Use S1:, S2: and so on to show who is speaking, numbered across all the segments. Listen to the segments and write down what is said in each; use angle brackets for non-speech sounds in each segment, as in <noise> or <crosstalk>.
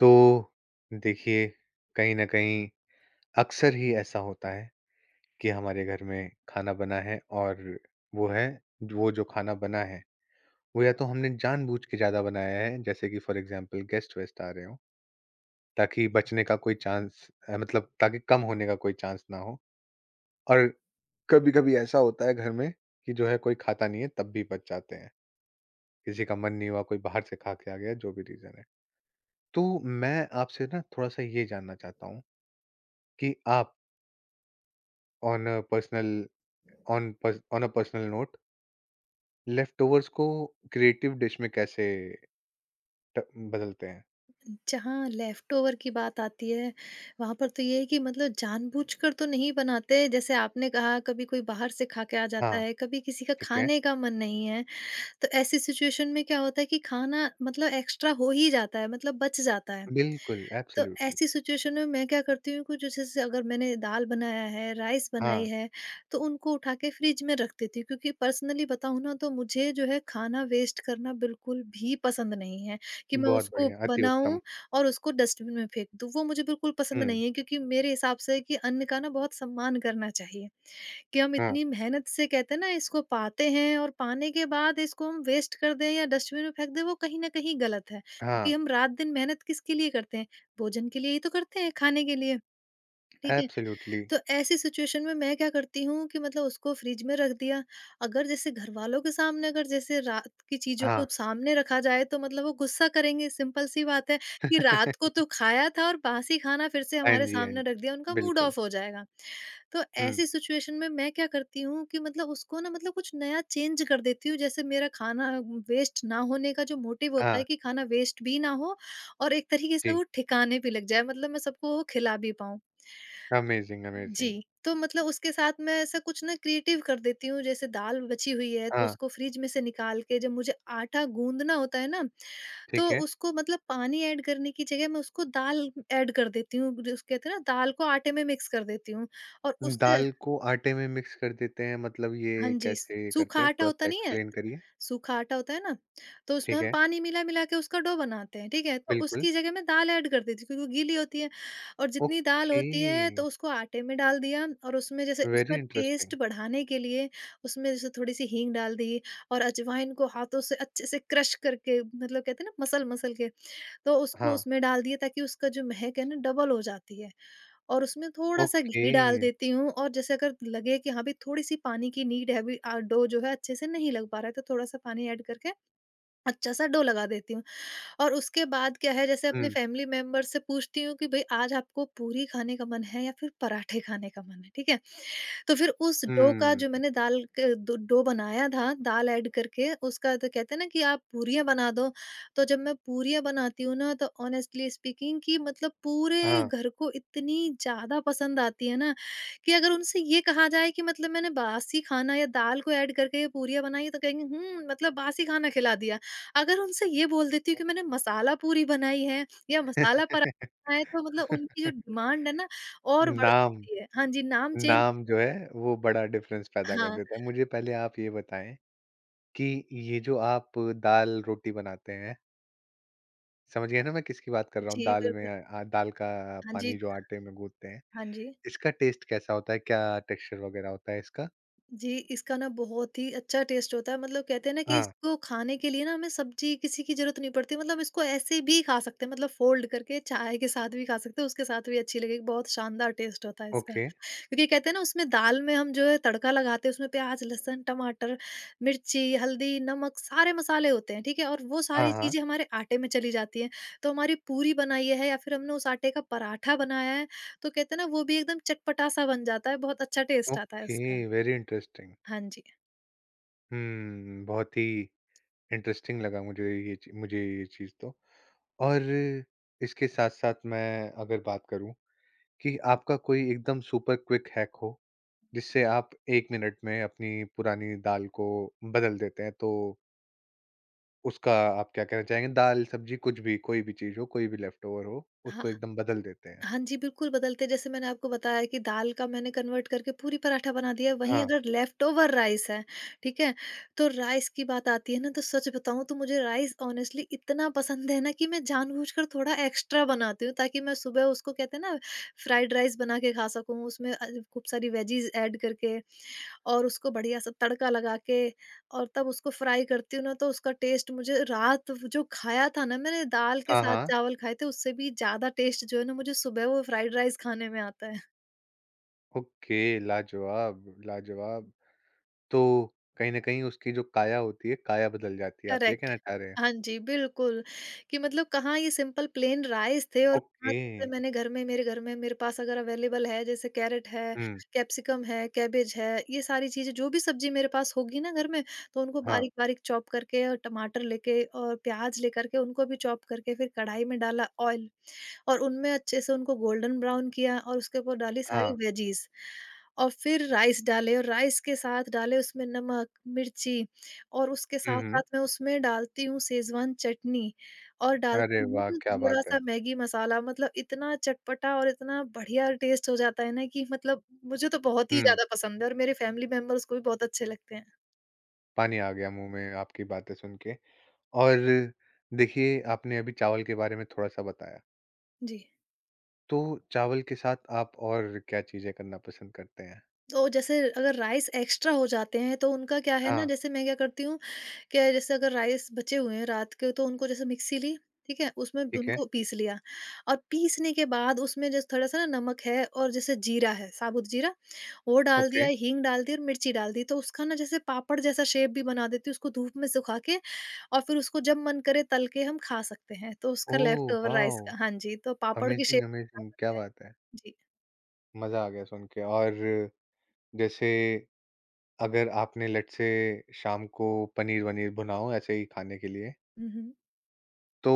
S1: तो देखिए, कहीं न कहीं अक्सर ही ऐसा होता है कि हमारे घर में खाना बना है और वो है वो जो खाना बना है, वो या तो हमने जानबूझ के ज़्यादा बनाया है, जैसे कि फ़ॉर एग्ज़ाम्पल गेस्ट-वेस्ट आ रहे हों, ताकि बचने का कोई चांस मतलब ताकि कम होने का कोई चांस ना हो। और कभी-कभी ऐसा होता है घर में कि जो है कोई खाता नहीं है, तब भी बच जाते हैं। किसी का मन नहीं हुआ, कोई बाहर से खा के आ गया, जो भी रीज़न है। तो मैं आपसे ना थोड़ा-सा ये जानना चाहता हूँ कि आप on a personal on on a personal note leftovers को क्रिएटिव डिश में कैसे ट- बदलते हैं।
S2: जहाँ लेफ्टओवर की बात आती है, वहाँ पर तो ये है कि मतलब जानबूझकर तो नहीं बनाते। जैसे आपने कहा, कभी कोई बाहर से खा के आ जाता
S1: हाँ।
S2: है, कभी किसी का
S1: ठीक है।
S2: खाने का मन नहीं है। तो ऐसी सिचुएशन में क्या होता है कि खाना मतलब एक्स्ट्रा हो ही जाता है, मतलब बच जाता है।
S1: बिल्कुल
S2: तो
S1: एब्सोल्युटली।
S2: ऐसी सिचुएशन में मैं क्या करती हूँ कि जैसे जैसे अगर मैंने दाल बनाया है, राइस बनाई
S1: हाँ।
S2: है, तो उनको उठा के फ्रिज में रख देती हूँ, क्योंकि पर्सनली बताऊँ ना तो मुझे जो है खाना वेस्ट करना बिल्कुल भी पसंद नहीं है कि मैं
S1: बहुत
S2: उसको
S1: बढ़िया, अति उत्तम।
S2: बनाऊँ और उसको डस्टबिन में फेंक दूँ। वो मुझे बिल्कुल पसंद
S1: हम्म।
S2: नहीं है, क्योंकि मेरे हिसाब से कि अन्न का ना बहुत सम्मान करना चाहिए। कि हम
S1: हाँ,
S2: इतनी मेहनत से, कहते हैं ना, इसको पाते हैं, और पाने के बाद इसको हम वेस्ट कर दें या डस्टबिन में फेंक दें, वो कहीं ना कहीं गलत है, क्योंकि
S1: हाँ।
S2: हम रात दिन मेहनत किसके लिए करते हैं? भोजन के लिए ही तो करते हैं, खाने के लिए। ठीक है?
S1: एब्सोल्युटली।
S2: तो ऐसी सिचुएशन में मैं क्या करती हूँ कि मतलब उसको फ्रिज में रख दिया। अगर जैसे घरवालों के सामने, अगर जैसे रात की चीज़ों को
S1: हाँ।
S2: सामने रखा जाए, तो मतलब वो गुस्सा करेंगे, सिंपल सी बात है कि रात को
S1: <laughs>
S2: तो खाया था और बासी खाना फिर से
S1: हाँ
S2: हमारे
S1: जी, हाँ
S2: सामने
S1: जी,
S2: रख दिया, उनका मूड
S1: बिल्कुल।
S2: ऑफ हो जाएगा। तो
S1: हम्म।
S2: ऐसी सिचुएशन में मैं क्या करती हूँ कि मतलब उसको ना, मतलब कुछ नया चेंज कर देती हूँ। जैसे, मेरा खाना वेस्ट ना होने का जो मोटिव होता
S1: हाँ
S2: है कि खाना वेस्ट भी ना हो और एक तरीके से
S1: जी।
S2: वो ठिकाने पे लग जाए, मतलब मैं सबको वो खिला भी पाऊँ।
S1: Amazing, amazing.
S2: जी, तो मतलब उसके साथ मैं ऐसा कुछ ना क्रिएटिव कर देती हूँ। जैसे, दाल बची हुई है, तो
S1: हाँ।
S2: उसको फ्रिज में से निकाल के, जब मुझे आटा गूँदना होता है ना, तो
S1: ठीक है।
S2: उसको मतलब पानी ऐड करने की जगह मैं उसको दाल ऐड कर देती हूँ। जो कहते हैं ना, दाल को आटे में मिक्स कर देती हूँ और उससे।
S1: दाल को आटे में मिक्स कर देते हैं मतलब
S2: हाँ
S1: ये
S2: जी,
S1: कैसे
S2: सूखा
S1: करते हैं,
S2: आटा
S1: थोड़ा
S2: होता
S1: सा
S2: नहीं है?
S1: एक्सप्लेन करिए।
S2: सूखा आटा होता है ना, तो उसमें
S1: ठीक
S2: हम
S1: है।
S2: पानी मिला-मिला के उसका डो बनाते हैं, ठीक है? तो
S1: बिल्कुल।
S2: उसकी जगह मैं दाल ऐड कर देती हूँ, क्योंकि वो गीली होती है, और जितनी दाल
S1: ओके,
S2: होती है तो उसको आटे में डाल दिया, और उसमें जैसे
S1: वेरी
S2: उसका
S1: इंटरेस्टिंग।
S2: टेस्ट बढ़ाने के लिए उसमें जैसे थोड़ी-सी हींग डाल दी, और अजवाइन को हाथों से अच्छे से क्रश करके, मतलब कहते हैं ना मसल-मसल के, तो उसको
S1: हाँ।
S2: उसमें डाल दिए, ताकि उसका जो महक है ना, डबल हो जाती है। और उसमें थोड़ा-सा
S1: ओके।
S2: घी डाल देती हूँ, और जैसे अगर लगे कि हाँ भाई, थोड़ी-सी पानी की नीड है अभी, डो जो है अच्छे से नहीं लग पा रहा है, तो थोड़ा-सा पानी ऐड करके अच्छा-सा डो लगा देती हूँ। और उसके बाद क्या है, जैसे अपने
S1: हुँ,
S2: फैमिली मेंबर से पूछती हूँ कि भई आज आपको पूरी खाने का मन है या फिर पराठे खाने का मन है, ठीक है? तो फिर उस डो का, जो
S1: हुँ,
S2: मैंने दाल क दो डो बनाया था, दाल ऐड करके उसका, तो कहते हैं ना कि आप पूरियाँ बना दो, तो जब मैं पूरियाँ बनाती हूँ ना, तो ऑनेस्टली स्पीकिंग कि मतलब पूरे
S1: हाँ।
S2: घर को इतनी ज़्यादा पसंद आती है ना, कि अगर उनसे ये कहा जाए कि मतलब मैंने बासी खाना या दाल को ऐड करके पूरियाँ बनाई है, तो कहेंगे, "हुँ, मतलब बासी खाना खिला दिया।" अगर उनसे ये बोल देती हूँ कि मैंने मसाला पूरी बनाई है या मसाला पराठा
S1: <laughs>
S2: बनाया है, तो मतलब उनकी जो डिमांड है ना, और बढ़
S1: नाम
S2: सकती है। हाँ जी, नाम चेंज।
S1: नाम जो है वो बड़ा डिफ़रेंस पैदा कर
S2: हाँ,
S1: देता है। मुझे पहले आप ये बताएँ कि ये जो आप दाल-रोटी बनाते हैं, समझ गए ना मैं किसकी बात कर रहा हूँ?
S2: जी, बिल्कुल।
S1: दाल का
S2: हाँ
S1: पानी
S2: जी,
S1: जो आटे में गूँथते हैं,
S2: हाँ जी।
S1: इसका टेस्ट कैसा होता है? क्या टेक्सचर वग़ैरह होता है इसका?
S2: जी, इसका ना बहुत ही अच्छा टेस्ट होता है। मतलब कहते हैं ना कि
S1: हाँ,
S2: इसको खाने के लिए ना हमें सब्ज़ी किसी की ज़रूरत नहीं पड़ती, मतलब इसको ऐसे भी खा सकते हैं, मतलब फ़ोल्ड करके चाय के साथ भी खा सकते हैं, उसके साथ भी अच्छी लगेगी, बहुत शानदार टेस्ट होता है इसका।
S1: ओके।
S2: क्योंकि कहते हैं ना, उसमें दाल में हम जो है तड़का लगाते हैं, उसमें प्याज़, लहसुन, टमाटर, मिर्ची, हल्दी, नमक, सारे मसाले होते हैं, ठीक है? और वो
S1: हाँ,
S2: सारी
S1: हाँ,
S2: चीज़ें हमारे आटे में चली जाती हैं, तो हमारी पूरी बनाई है या फिर हमने उस आटे का पराठा बनाया है, तो कहते हैं ना, वो भी एकदम चटपटा-सा बन जाता है, बहुत अच्छा टेस्ट आता है
S1: ओके,
S2: उसका।
S1: Very interesting.
S2: हाँ जी।
S1: हुँ, बहुत ही इंटरेस्टिंग लगा मुझे मुझे ये चीज़ तो। और इसके साथ साथ मैं अगर बात करूं कि आपका कोई एकदम सुपर क्विक हैक हो, जिससे आप एक मिनट में अपनी पुरानी दाल को बदल देते हैं, तो उसका आप क्या कहना चाहेंगे? दाल, सब्जी, कुछ भी, कोई भी चीज़ हो, कोई भी लेफ्ट ओवर हो,
S2: हाँ,
S1: उसको एकदम बदल देते हैं।
S2: हाँ जी, बिल्कुल बदलते हैं। जैसे मैंने आपको बताया कि दाल का मैंने कन्वर्ट करके पूरी पराठा बना दिया है, वहीं
S1: हाँ,
S2: अगर लेफ्ट ओवर राइस है, ठीक है? तो राइस की बात आती है ना, तो सच बताऊँ तो मुझे राइस ऑनेस्टली इतना पसंद है ना, कि मैं जानबूझकर थोड़ा एक्स्ट्रा बनाती हूँ, ताकि मैं सुबह उसको, कहते हैं ना, फ्राइड राइस बना के खा सकूँ। उसमें खूब सारी वेजीज़ ऐड करके और उसको बढ़िया सा तड़का लगा के, और तब उसको फ्राई करती हूँ ना, तो उसका टेस्ट, मुझे रात जो खाया था ना, मैंने दाल के
S1: हाँ,
S2: साथ
S1: हाँ।
S2: चावल खाए थे, उससे भी ज़्यादा टेस्ट जो है ना, मुझे सुबह वो फ्राइड राइस खाने में आता है। <laughs>
S1: ओके, लाजवाब, लाजवाब। तो कहीं ना कहीं उसकी जो काया होती है, काया बदल जाती है, आप ये
S2: करेक्ट।
S1: कहना चाह रहे हैं।
S2: हाँ जी, बिल्कुल, कि मतलब कहाँ ये सिंपल प्लेन राइस थे, और कहाँ,
S1: ओके।
S2: जैसे मैंने घर में मेरे घर में, मेरे पास अगर अवेलेबल है जैसे कैरेट है,
S1: हम्म।
S2: कैप्सिकम है, कैबेज है, ये सारी चीज़ें, जो भी सब्ज़ी मेरे पास होगी ना घर में, तो उनको
S1: हाँ,
S2: बारीक-बारीक चॉप करके, और टमाटर लेके और प्याज़ लेकर के उनको भी चॉप करके, फिर कढ़ाई में डाला ऑयल, और उनमें अच्छे से उनको गोल्डन ब्राउन किया, और उसके ऊपर डाली सारी
S1: हाँ।
S2: वेजीज, और फिर राइस डाले, और राइस के साथ डाले उसमें नमक, मिर्ची, और उसके
S1: हुँ, हुँ।
S2: साथ-साथ मैं उसमें डालती हूँ सेज़वान चटनी, और
S1: अरे
S2: डालती हूँ
S1: वाह! क्या बात है।
S2: थोड़ा-सा मैगी मसाला, मतलब इतना चटपटा और इतना बढ़िया टेस्ट हो जाता है ना, कि मतलब मुझे तो बहुत ही
S1: हुँ,
S2: ज़्यादा पसंद है, और मेरे फैमिली मेंबर्स को भी बहुत अच्छे लगते हैं।
S1: पानी आ गया मुँह में आपकी बातें सुन के। और देखिए, आपने अभी चावल के बारे में थोड़ा-सा बताया,
S2: जी।
S1: तो चावल के साथ आप और क्या चीज़ें करना पसंद करते हैं?
S2: तो जैसे अगर राइस एक्स्ट्रा हो जाते हैं, तो उनका क्या है ना,
S1: हाँ,
S2: जैसे मैं क्या करती हूँ, क्या, जैसे अगर राइस बचे हुए हैं रात के, तो उनको, जैसे मिक्सी ली, ठीक है, उसमें
S1: ठीक है,
S2: उनको पीस लिया, और पीसने के बाद उसमें जैसे थोड़ा सा ना नमक है, और जैसे जीरा है, साबुत जीरा, वो डाल
S1: ओके।
S2: दिया, हींग डाल दी और मिर्ची डाल दी, तो उसका ना, जैसे पापड़ जैसा शेप भी बना देती हूँ उसको धूप में सुखा के। और फिर उसको जब मन करे तल के हम खा सकते हैं, तो उसका, left
S1: oh,
S2: over rice
S1: wow!
S2: का, हाँ जी, तो पापड़ की
S1: अमेज़िंग,
S2: शेप बना
S1: अमेज़िंग, क्या
S2: सकते हैं।
S1: बात है।
S2: जी।
S1: मज़ा आ गया सुन के। और जैसे अगर आपने लेट्स से शाम को पनीर-वनीर भुना हो ऐसे ही खाने के लिए,
S2: हम्म।
S1: तो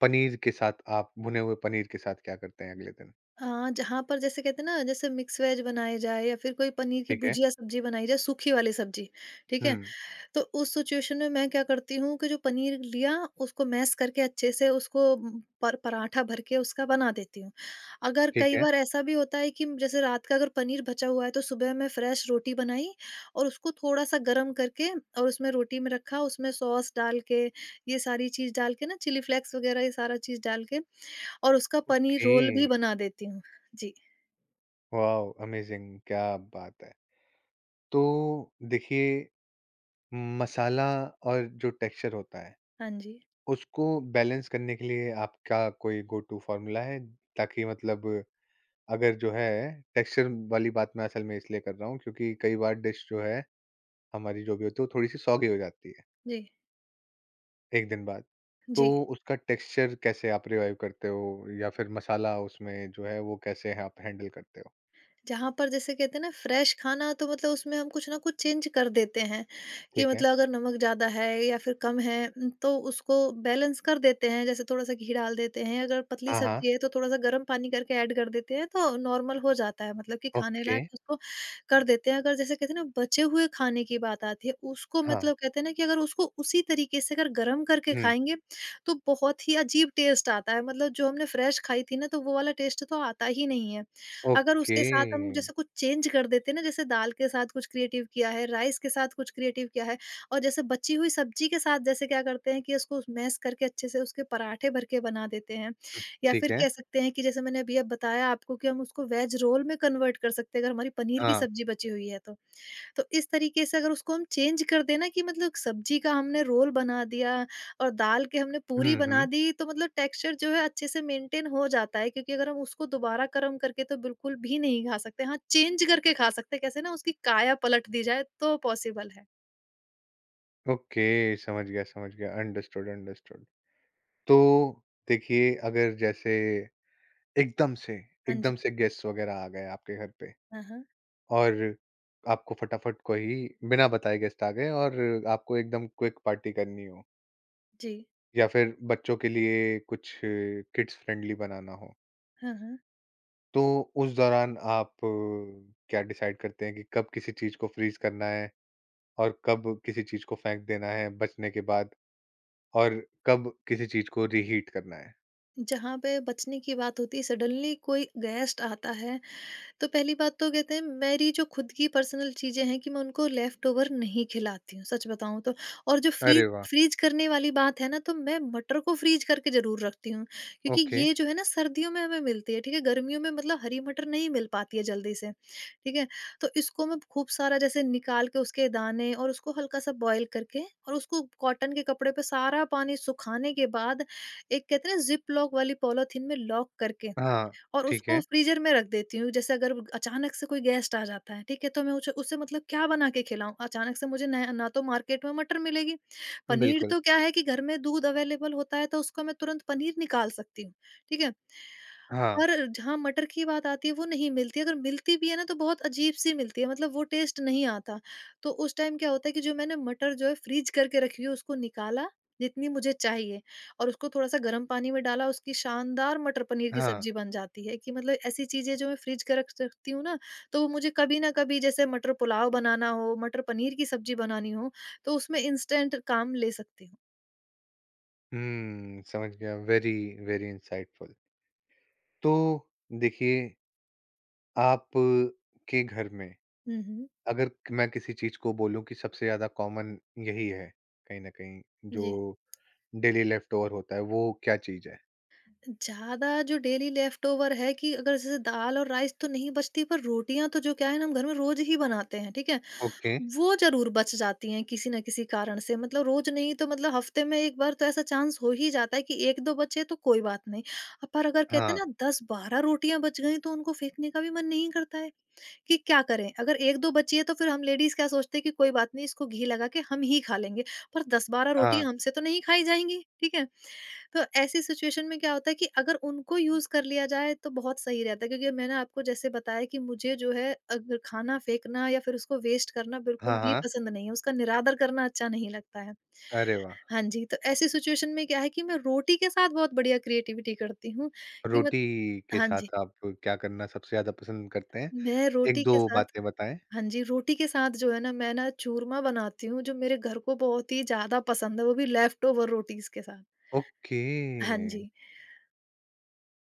S1: पनीर के साथ आप, भुने हुए पनीर के साथ क्या करते हैं अगले दिन?
S2: हाँ, जहाँ पर, जैसे कहते हैं ना, जैसे मिक्स वेज बनाई जाए या फिर कोई पनीर की
S1: ठीक है।
S2: भुजिया सब्जी बनाई जाए, सूखी वाली सब्जी, ठीक है?
S1: हुँ।
S2: तो उस सिचुएशन में मैं क्या करती हूँ कि जो पनीर लिया, उसको मैश करके अच्छे से उसको, उम, पर पराठा भर के उसका बना देती हूँ। अगर
S1: ठीक
S2: कई
S1: है।
S2: बार ऐसा भी होता है कि जैसे रात का अगर पनीर बचा हुआ है, तो सुबह मैं फ्रेश रोटी बनाई, और उसको थोड़ा-सा गरम करके, और उसमें रोटी में रखा उसमें सॉस डाल के, ये सारी चीज़ डाल के ना, चिली फ्लेक्स वगैरह ये सारा चीज़ डाल के, और उसका पनीर
S1: ओके,
S2: रोल भी बना देती हूँ। जी।
S1: वॉव! अमेज़िंग, क्या बात है। तो देखिए, मसाला और जो टेक्सचर होता है,
S2: हाँ जी।
S1: उसको बैलेंस करने के लिए आपका कोई गो टू फ़ॉर्मूला है? ताकि मतलब, अगर जो है टेक्सचर वाली बात मैं असल में इसलिए कर रहा हूँ क्योंकि कई बार डिश जो है हमारी जो भी होती है वो थोड़ी-सी सौगी हो जाती है,
S2: जी,
S1: एक दिन बाद। तो
S2: जी।
S1: उसका टेक्सचर कैसे आप रिवाइव करते हो या फिर मसाला उसमें जो है वो कैसे आप हैंडल करते हो?
S2: जहाँ पर, जैसे कहते हैं ना, फ्रेश खाना, तो मतलब उसमें हम कुछ ना कुछ चेंज कर देते हैं, कि
S1: ठीक है।
S2: मतलब अगर नमक ज़्यादा है या फिर कम है तो उसको बैलेंस कर देते हैं। जैसे थोड़ा-सा घी डाल देते हैं, अगर पतली
S1: हाँ, हाँ।
S2: सब्जी है तो थोड़ा-सा गर्म पानी करके ऐड कर देते हैं, तो नॉर्मल हो जाता है, मतलब कि खाने
S1: ओके,
S2: लायक उसको कर देते हैं। अगर, जैसे कहते हैं ना, बचे हुए खाने की बात आती है, उसको,
S1: हाँ।
S2: मतलब कहते हैं ना कि अगर उसको उसी तरीके से अगर गर्म करके
S1: हुँ,
S2: खाएँगे, तो बहुत ही अजीब टेस्ट आता है। मतलब जो हमने फ्रेश खाई थी ना, तो वो वाला टेस्ट तो आता ही नहीं है। अगर
S1: ओके,
S2: उसके साथ हम जैसे कुछ चेंज कर देते हैं ना, जैसे दाल के साथ कुछ क्रिएटिव किया है, राइस के साथ कुछ क्रिएटिव किया है, और जैसे बची हुई सब्जी के साथ, जैसे क्या करते हैं कि उसको मैश करके अच्छे से उसके पराठे भर के बना देते हैं। या
S1: ठीक
S2: फिर
S1: है।
S2: कह सकते हैं कि जैसे मैंने अभी अब बताया आपको कि हम उसको वेज रोल में कन्वर्ट कर सकते हैं, अगर हमारी पनीर की
S1: हाँ,
S2: सब्जी बची हुई है तो। तो इस तरीके से अगर उसको हम चेंज कर दें ना, कि मतलब सब्जी का हमने रोल बना दिया और दाल के हमने पूरी
S1: हुँ,
S2: बना
S1: हुँ,
S2: दी, तो मतलब टेक्सचर जो है अच्छे से मेंटेन हो जाता है, क्योंकि अगर हम उसको दोबारा गर्म करके तो बिल्कुल भी नहीं खा सकते, हाँ चेंज करके खा सकते हैं, कैसे ना उसकी काया पलट दी जाए, तो पॉसिबल है।
S1: ओके, समझ गया, अंडरस्टूड, अंडरस्टूड। तो देखिए, अगर जैसे एकदम से,
S2: हाँ जी।
S1: एकदम से गेस्ट वग़ैरह आ गए आपके घर पे,
S2: हाँ हाँ।
S1: और आपको फटाफट कोई बिना बताए गेस्ट आ गए और आपको एकदम क्विक पार्टी करनी हो
S2: जी।
S1: या फिर बच्चों के लिए कुछ किड्स फ्रेंडली बनाना हो,
S2: हाँ हाँ।
S1: तो उस दौरान आप क्या डिसाइड करते हैं कि कब किसी चीज़ को फ्रीज़ करना है? और कब किसी चीज को फेंक देना है बचने के बाद, और कब किसी चीज को रीहीट करना है?
S2: जहाँ पे बचने की बात होती है सडनली कोई गेस्ट आता है तो पहली बात तो कहते हैं मेरी जो खुद की पर्सनल चीज़ें हैं कि मैं उनको लेफ्ट ओवर नहीं खिलाती हूँ, सच बताऊँ तो। और जो फ्रीज़
S1: अरे वाह!
S2: फ्रीज़ करने वाली बात है ना तो मैं मटर को फ्रीज़ करके ज़रूर रखती हूँ, क्योंकि
S1: ओके।
S2: ये जो है ना सर्दियों में हमें मिलती है, ठीक है? गर्मियों में मतलब हरी मटर नहीं मिल पाती है जल्दी से, ठीक है? तो इसको मैं खूब सारा जैसे निकाल के उसके दाने और उसको हल्का-सा बॉयल करके और उसको कॉटन के कपड़े पे सारा पानी सुखाने के बाद एक कहते हैं ना ज़िप लॉक वाली पॉलीथीन में लॉक करके
S1: हाँ,
S2: और
S1: ठीक है।
S2: उसको फ्रीज़र में रख देती हूँ। जैसे अगर अचानक से कोई गेस्ट आ जाता है, ठीक है? तो मैं उसे उसे मतलब क्या बना के खिलाऊँ? अचानक से मुझे न ना तो मार्केट में मटर मिलेगी, पनीर
S1: बिल्कुल।
S2: तो क्या है कि घर में दूध अवेलेबल होता है तो उसका मैं तुरंत पनीर निकाल सकती हूँ, ठीक है?
S1: हाँ,
S2: और जहाँ मटर की बात आती है वो नहीं मिलती, अगर मिलती भी है ना तो बहुत अजीब-सी मिलती है मतलब वो टेस्ट नहीं आता। तो उस टाइम क्या होता है कि जो मैंने मटर जो है फ्रीज़ करके रखी हुई है उसको निकाला, जितनी मुझे चाहिए और उसको थोड़ा-सा गर्म पानी में डाला, उसकी शानदार मटर पनीर की
S1: हाँ।
S2: सब्ज़ी बन जाती है कि मतलब ऐसी चीज़ें जो मैं फ्रिज के रख सकती हूँ ना, तो वो मुझे कभी ना कभी जैसे मटर पुलाव बनाना हो, मटर पनीर की सब्ज़ी बनानी हो, तो उसमें इंस्टेंट काम ले सकती हूँ।
S1: हुँ, समझ गया। Very, very insightful. तो देखिए, आप के घर में
S2: हुँ, हुँ।
S1: अगर क- मैं किसी चीज को बोलूँ कि सबसे ज़्यादा कॉमन यही है, कहीं न कहीं,
S2: जी।
S1: जो डेली लेफ्ट ओवर होता है, वो क्या चीज़ है?
S2: ज़्यादा जो डेली लेफ्ट ओवर है कि अगर जैसे दाल और राइस तो नहीं बचती पर रोटियाँ तो जो क्या है ना हम घर में रोज़ ही बनाते हैं, ठीक है?
S1: ओके।
S2: वो ज़रूर बच जाती हैं किसी न किसी कारण से, मतलब रोज़ नहीं तो मतलब हफ़्ते में 1 बार तो ऐसा चांस हो ही जाता है कि 1-2 बचे तो कोई बात नहीं। पर अगर कहते
S1: हाँ,
S2: हैं ना 10-12 रोटियाँ बच गई तो उनको फेंकने का भी मन नहीं करता है। कि क्या करें? अगर 1-2 बची है तो फिर हम लेडीज़ क्या सोचते हैं कि कोई बात नहीं इसको घी लगा के हम ही खा लेंगे, पर 10-12
S1: हाँ,
S2: रोटियाँ हमसे तो नहीं खाई जाएँगी, ठीक है? तो ऐसी सिचुएशन में क्या होता है कि अगर उनको यूज़ कर लिया जाए तो बहुत सही रहता है क्योंकि मैंने आपको जैसे बताया कि मुझे जो है अगर खाना फेंकना या फिर उसको वेस्ट करना
S1: हाँ,
S2: बिल्कुल भी
S1: हाँ।
S2: पसंद नहीं है, उसका निरादर करना अच्छा नहीं लगता है।
S1: अरे वाह!
S2: हाँ जी, तो ऐसी सिचुएशन में क्या है कि मैं रोटी के साथ बहुत बढ़िया क्रिएटिविटी करती हूँ कि मत
S1: रोटी के
S2: हाँ जी।
S1: साथ आप क्या करना सबसे ज़्यादा पसंद करते हैं?
S2: मैं रोटी के
S1: 1-2
S2: साथ
S1: बातें बताएँ?
S2: हाँ जी। रोटी के साथ जो है ना मैं ना चूरमा बनाती हूँ जो मेरे घर को बहुत ही ज़्यादा पसंद है, वो भी लेफ्ट ओवर रोटीज़ के साथ।
S1: ओके।
S2: हाँ जी।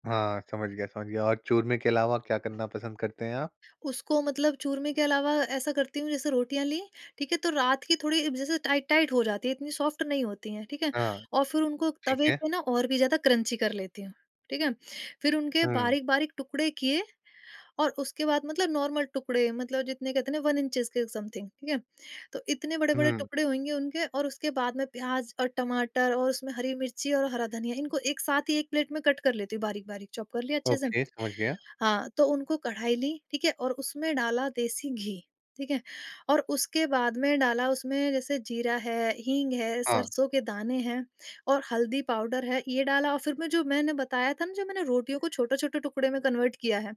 S1: हाँ, समझ गया, समझ गया, और चूरमे के अलावा क्या करना पसंद करते हैं आप?
S2: उसको मतलब चूरमे के अलावा ऐसा करती हूँ जैसे रोटियाँ ली, ठीक है? तो रात की थोड़ी जैसे टाइट-टाइट हो जाती है, इतनी सॉफ्ट नहीं होती हैं, ठीक है?
S1: हाँ,
S2: और फिर उनको
S1: ठीक
S2: तवे
S1: है।
S2: पे ना और भी ज़्यादा क्रंची कर लेती हूँ, ठीक है? फिर उनके
S1: हुँ,
S2: बारीक-बारीक टुकड़े किए और उसके बाद मतलब नॉर्मल टुकड़े मतलब जितने कहते हैं ना 1 इंचेस के समथिंग, ठीक है? तो इतने बड़े-बड़े
S1: हुँ।
S2: टुकड़े होंगे उनके और उसके बाद में प्याज़ और टमाटर और उसमें हरी मिर्ची और हरा धनिया इनको एक साथ ही एक प्लेट में कट कर लेती हूँ बारीक-बारीक चॉप कर लिया अच्छे से।
S1: ओके, समझ गया।
S2: हाँ, तो उनको कढ़ाई ली, ठीक है? और उसमें डाला देसी घी, ठीक है? और उसके बाद में डाला उसमें जैसे जीरा है, हींग है,
S1: हाँ,
S2: सरसों के दाने हैं और हल्दी पाउडर है, ये डाला और फिर मैं जो मैंने बताया था ना जो मैंने रोटियों को छोटे-छोटे टुकड़े में कन्वर्ट किया है।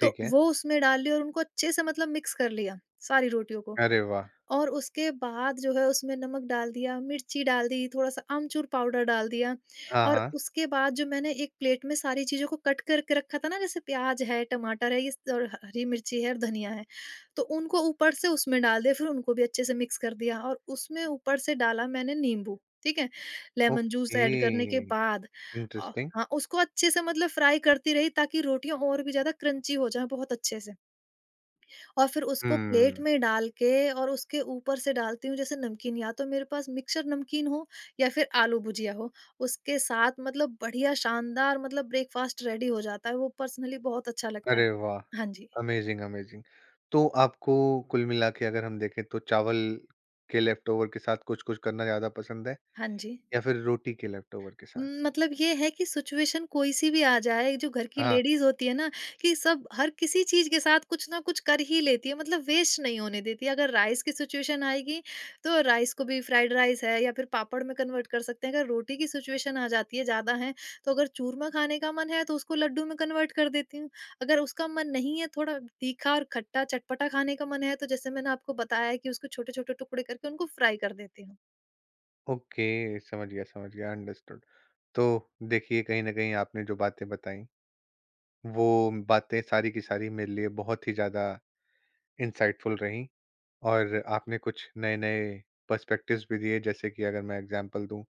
S2: तो
S1: है।
S2: वो उसमें डाल ली और उनको अच्छे से मतलब मिक्स कर लिया सारी रोटियों को।
S1: अरे वाह!
S2: और उसके बाद जो है उसमें नमक डाल दिया, मिर्ची डाल दी, थोड़ा-सा आमचूर पाउडर डाल दिया
S1: हाँ,
S2: और
S1: हाँ।
S2: उसके बाद जो मैंने एक प्लेट में सारी चीज़ों को कट करके रखा था ना जैसे प्याज़ है, टमाटर है, ये स और ह हरी मिर्ची है और धनिया है, तो उनको ऊपर से उसमें डाल दिया फिर उनको भी अच्छे से मिक्स कर दिया और उसमें ऊपर से डाला मैंने नींबू, ठीक है? लेमन जूस
S1: ओके,
S2: ऐड करने के बाद
S1: इंटरेस्टिंग।
S2: हाँ, उसको अच्छे से मतलब फ्राई करती रही ताकि रोटियाँ और भी ज़्यादा क्रंची हो जाएँ बहुत अच्छे से। और फिर उसको प्लेट
S1: हुँ।
S2: में डाल के और उसके ऊपर से डालती हूँ जैसे नमकीन या तो मेरे पास मिक्सचर नमकीन हो या फिर आलू भुजिया हो, उसके साथ मतलब बढ़िया शानदार मतलब ब्रेकफ़ास्ट रेडी हो जाता है, वो पर्सनली बहुत अच्छा लगता है।
S1: अरे वाह!
S2: हाँ जी,
S1: अमेज़िंग, अमेज़िंग। तो आपको कुल मिला के अगर हम देखें तो चावल के लेफ्ट ओवर के साथ कुछ-कुछ करना ज़्यादा पसंद है
S2: हाँ जी।
S1: या फिर रोटी के लेफ्ट ओवर के साथ?
S2: मतलब ये है कि सिचुएशन कोई-सी भी आ जाए, जो घर की
S1: हाँ,
S2: लेडीज़ होती है ना, कि सब हर किसी चीज़ के साथ कुछ ना कुछ कर ही लेती है, मतलब वेस्ट नहीं होने देती है। अगर राइस की सिचुएशन आएगी, तो राइस को भी फ्राइड राइस है या फिर पापड़ में कन्वर्ट कर सकते हैं। अगर रोटी की सिचुएशन आ जाती है, ज़्यादा है, तो अगर चूरमा खाने का मन है, तो उसको लड्डू में कन्वर्ट कर देती हूँ। अगर उसका मन नहीं है, थोड़ा तीखा और खट्टा, चटपटा खाने का मन है, तो जैसे मैंने आपको बताया है कि उसको छोटे-छोटे टुकड़े करके उनको फ्राई कर देती हूँ।
S1: ओके, समझ गया, अंडरस्टूड। तो देखिए, कहीं न कहीं आपने जो बातें बताई, वो बातें सारी की सारी मेरे लिए बहुत ही ज़्यादा इंसाइटफुल रहीं, और आपने कुछ नए-नए पर्सपेक्टिव्स भी दिए, जैसे कि अगर मैं एग्ज़ाम्पल दूँ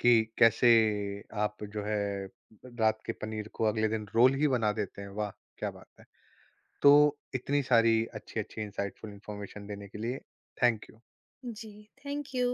S1: कि कैसे आप जो है रात के पनीर को अगले दिन रोल ही बना देते हैं, वाह! क्या बात है। तो इतनी सारी अच्छी-अच्छी इंसाइटफुल इन्फॉर्मेशन देने के लिए थैंक यू।
S2: जी, थैंक यू।